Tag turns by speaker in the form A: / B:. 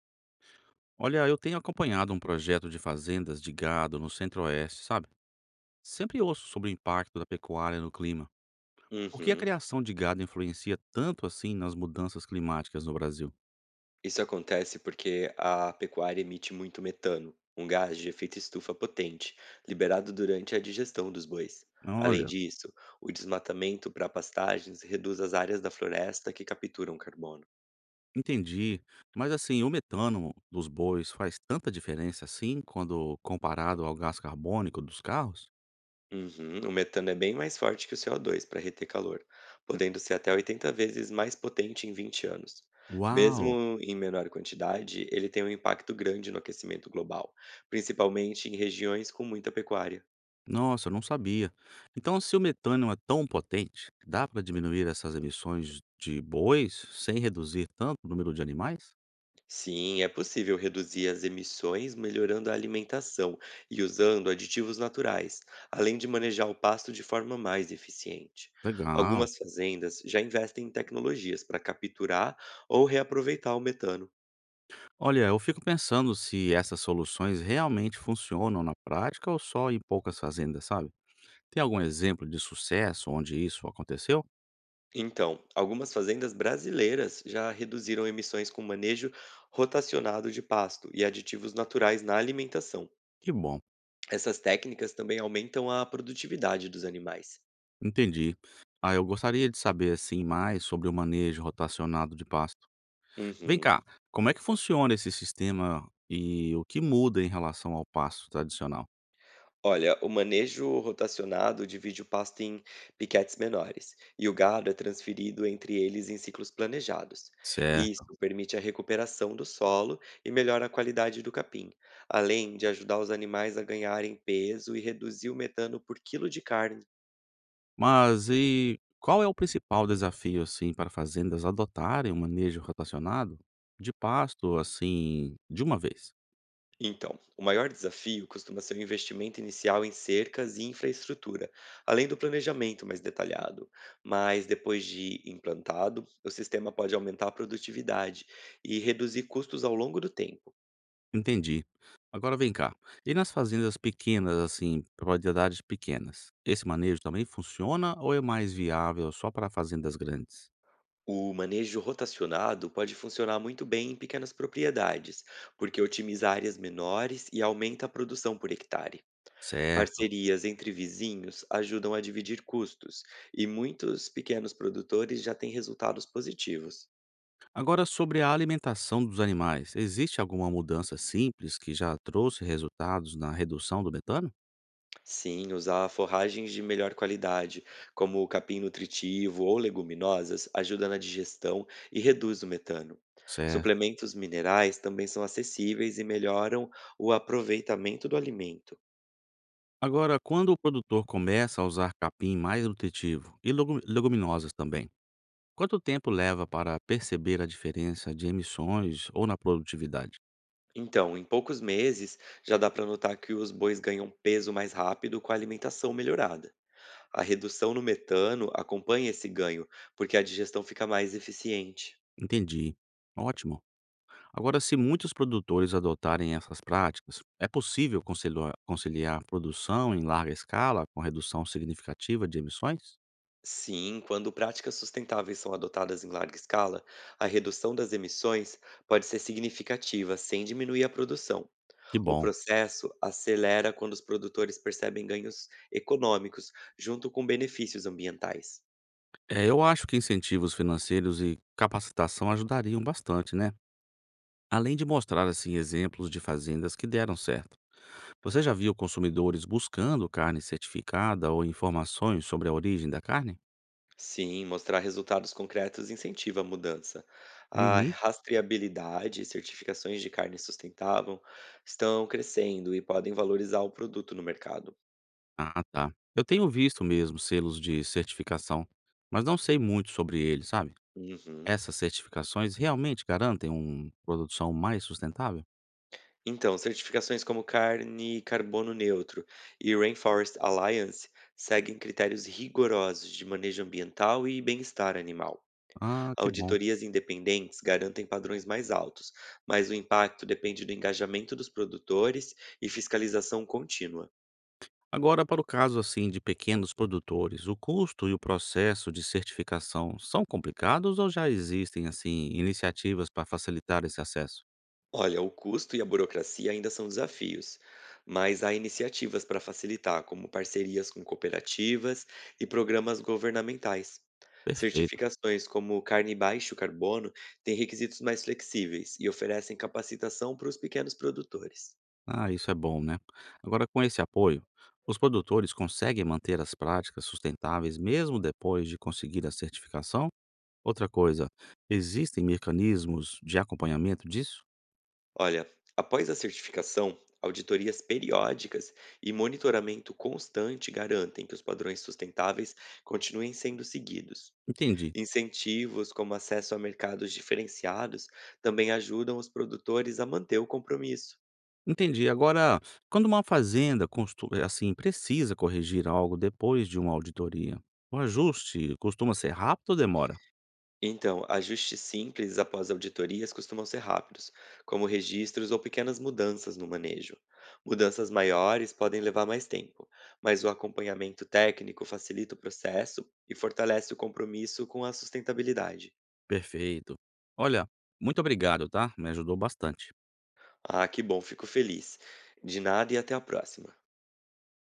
A: Olha, eu tenho acompanhado um projeto de fazendas de gado no Centro-Oeste, sabe? Sempre ouço sobre o impacto da pecuária no clima. Por que a
B: Uhum.
A: criação de gado influencia tanto assim nas mudanças climáticas no Brasil?
B: Isso acontece porque a pecuária emite muito metano, um gás de efeito estufa potente, liberado durante a digestão dos bois. Além
A: Olha,
B: disso, o desmatamento para pastagens reduz as áreas da floresta que capturam carbono.
A: entendi. Mas assim, o metano dos bois faz tanta diferença assim quando comparado ao gás carbônico dos carros?
B: Uhum. O metano é bem mais forte que o CO2 para reter calor, podendo ser até 80 vezes mais potente em 20 anos.
A: Uau!
B: Mesmo em menor quantidade, ele tem um impacto grande no aquecimento global, principalmente em regiões com muita pecuária.
A: Nossa, eu não sabia. Então, se o metano é tão potente, dá para diminuir essas emissões de bois sem reduzir tanto o número de animais?
B: Sim, é possível reduzir as emissões melhorando a alimentação e usando aditivos naturais, além de manejar o pasto de forma mais eficiente.
A: Legal.
B: Algumas fazendas já investem em tecnologias para capturar ou reaproveitar o metano.
A: Olha, eu fico pensando se essas soluções realmente funcionam na prática ou só em poucas fazendas, sabe? Tem algum exemplo de sucesso onde isso aconteceu?
B: Então, algumas fazendas brasileiras já reduziram emissões com manejo rotacionado de pasto e aditivos naturais na alimentação.
A: Que bom,
B: Essas técnicas também aumentam a produtividade dos animais.
A: entendi. Ah, eu gostaria de saber assim mais sobre o manejo rotacionado de pasto. Vem
B: Uhum.
A: cá, como é que funciona esse sistema e o que muda em relação ao pasto tradicional?
B: Olha, o manejo rotacionado divide o pasto em piquetes menores, e o gado é transferido entre eles em ciclos planejados. Isso
A: Certo.
B: permite a recuperação do solo e melhora a qualidade do capim, além de ajudar os animais a ganharem peso e reduzir o metano por quilo de carne.
A: Mas e qual é o principal desafio, assim, para fazendas adotarem um manejo rotacionado de pasto, assim, de uma vez?
B: Então, o maior desafio costuma ser o investimento inicial em cercas e infraestrutura, além do planejamento mais detalhado. Mas depois de implantado, o sistema pode aumentar a produtividade e reduzir custos ao longo do tempo.
A: Entendi. Agora vem cá. E nas fazendas pequenas, assim, propriedades pequenas, esse manejo também funciona ou é mais viável só para fazendas grandes?
B: O manejo rotacionado pode funcionar muito bem em pequenas propriedades, porque otimiza áreas menores e aumenta a produção por hectare.
A: Certo.
B: Parcerias entre vizinhos ajudam a dividir custos, e muitos pequenos produtores já têm resultados positivos.
A: Agora, sobre a alimentação dos animais, existe alguma mudança simples que já trouxe resultados na redução do metano?
B: Sim, usar forragens de melhor qualidade, como o capim nutritivo ou leguminosas, ajuda na digestão e reduz o metano.
A: Certo.
B: Suplementos minerais também são acessíveis e melhoram o aproveitamento do alimento.
A: Agora, quando o produtor começa a usar capim mais nutritivo e leguminosas também, quanto tempo leva para perceber a diferença de emissões ou na produtividade?
B: Então, em poucos meses, já dá para notar que os bois ganham peso mais rápido com a alimentação melhorada. A redução no metano acompanha esse ganho, porque a digestão fica mais eficiente.
A: Entendi. Ótimo. Agora, se muitos produtores adotarem essas práticas, é possível conciliar produção em larga escala com redução significativa de emissões?
B: Sim, quando práticas sustentáveis são adotadas em larga escala, a redução das emissões pode ser significativa, sem diminuir a produção.
A: Que
B: O
A: bom.
B: processo acelera quando os produtores percebem ganhos econômicos, junto com benefícios ambientais.
A: É, eu acho que incentivos financeiros e capacitação ajudariam bastante, né? Além de mostrar assim exemplos de fazendas que deram certo. Você já viu consumidores buscando carne certificada ou informações sobre a origem da carne?
B: Sim, mostrar resultados concretos incentiva a mudança. A
A: Uhum.
B: rastreabilidade e certificações de carne sustentável estão crescendo e podem valorizar o produto no mercado.
A: Ah, tá. Eu tenho visto mesmo selos de certificação, mas não sei muito sobre eles, sabe?
B: Uhum.
A: Essas certificações realmente garantem uma produção mais sustentável?
B: Então, certificações como carne e carbono neutro e Rainforest Alliance seguem critérios rigorosos de manejo ambiental e bem-estar animal.
A: Ah, que bom.
B: Auditorias independentes garantem padrões mais altos, mas o impacto depende do engajamento dos produtores e fiscalização contínua.
A: Agora, para o caso assim de pequenos produtores, o custo e o processo de certificação são complicados ou já existem assim iniciativas para facilitar esse acesso?
B: Olha, o custo e a burocracia ainda são desafios, mas há iniciativas para facilitar, como parcerias com cooperativas e programas governamentais.
A: Perfeito.
B: Certificações como carne baixo carbono têm requisitos mais flexíveis e oferecem capacitação para os pequenos produtores.
A: Ah, isso é bom, né? Agora, com esse apoio, os produtores conseguem manter as práticas sustentáveis mesmo depois de conseguir a certificação? Outra coisa, existem mecanismos de acompanhamento disso?
B: Olha, após a certificação, auditorias periódicas e monitoramento constante garantem que os padrões sustentáveis continuem sendo seguidos.
A: Entendi.
B: Incentivos, como acesso a mercados diferenciados, também ajudam os produtores a manter o compromisso.
A: Entendi. Agora, quando uma fazenda assim, precisa corrigir algo depois de uma auditoria, o ajuste costuma ser rápido ou demora?
B: Então, ajustes simples após auditorias costumam ser rápidos, como registros ou pequenas mudanças no manejo. Mudanças maiores podem levar mais tempo, mas o acompanhamento técnico facilita o processo e fortalece o compromisso com a sustentabilidade.
A: Perfeito. Olha, muito obrigado, tá? Me ajudou bastante.
B: Ah, que bom, fico feliz. De nada e até a próxima.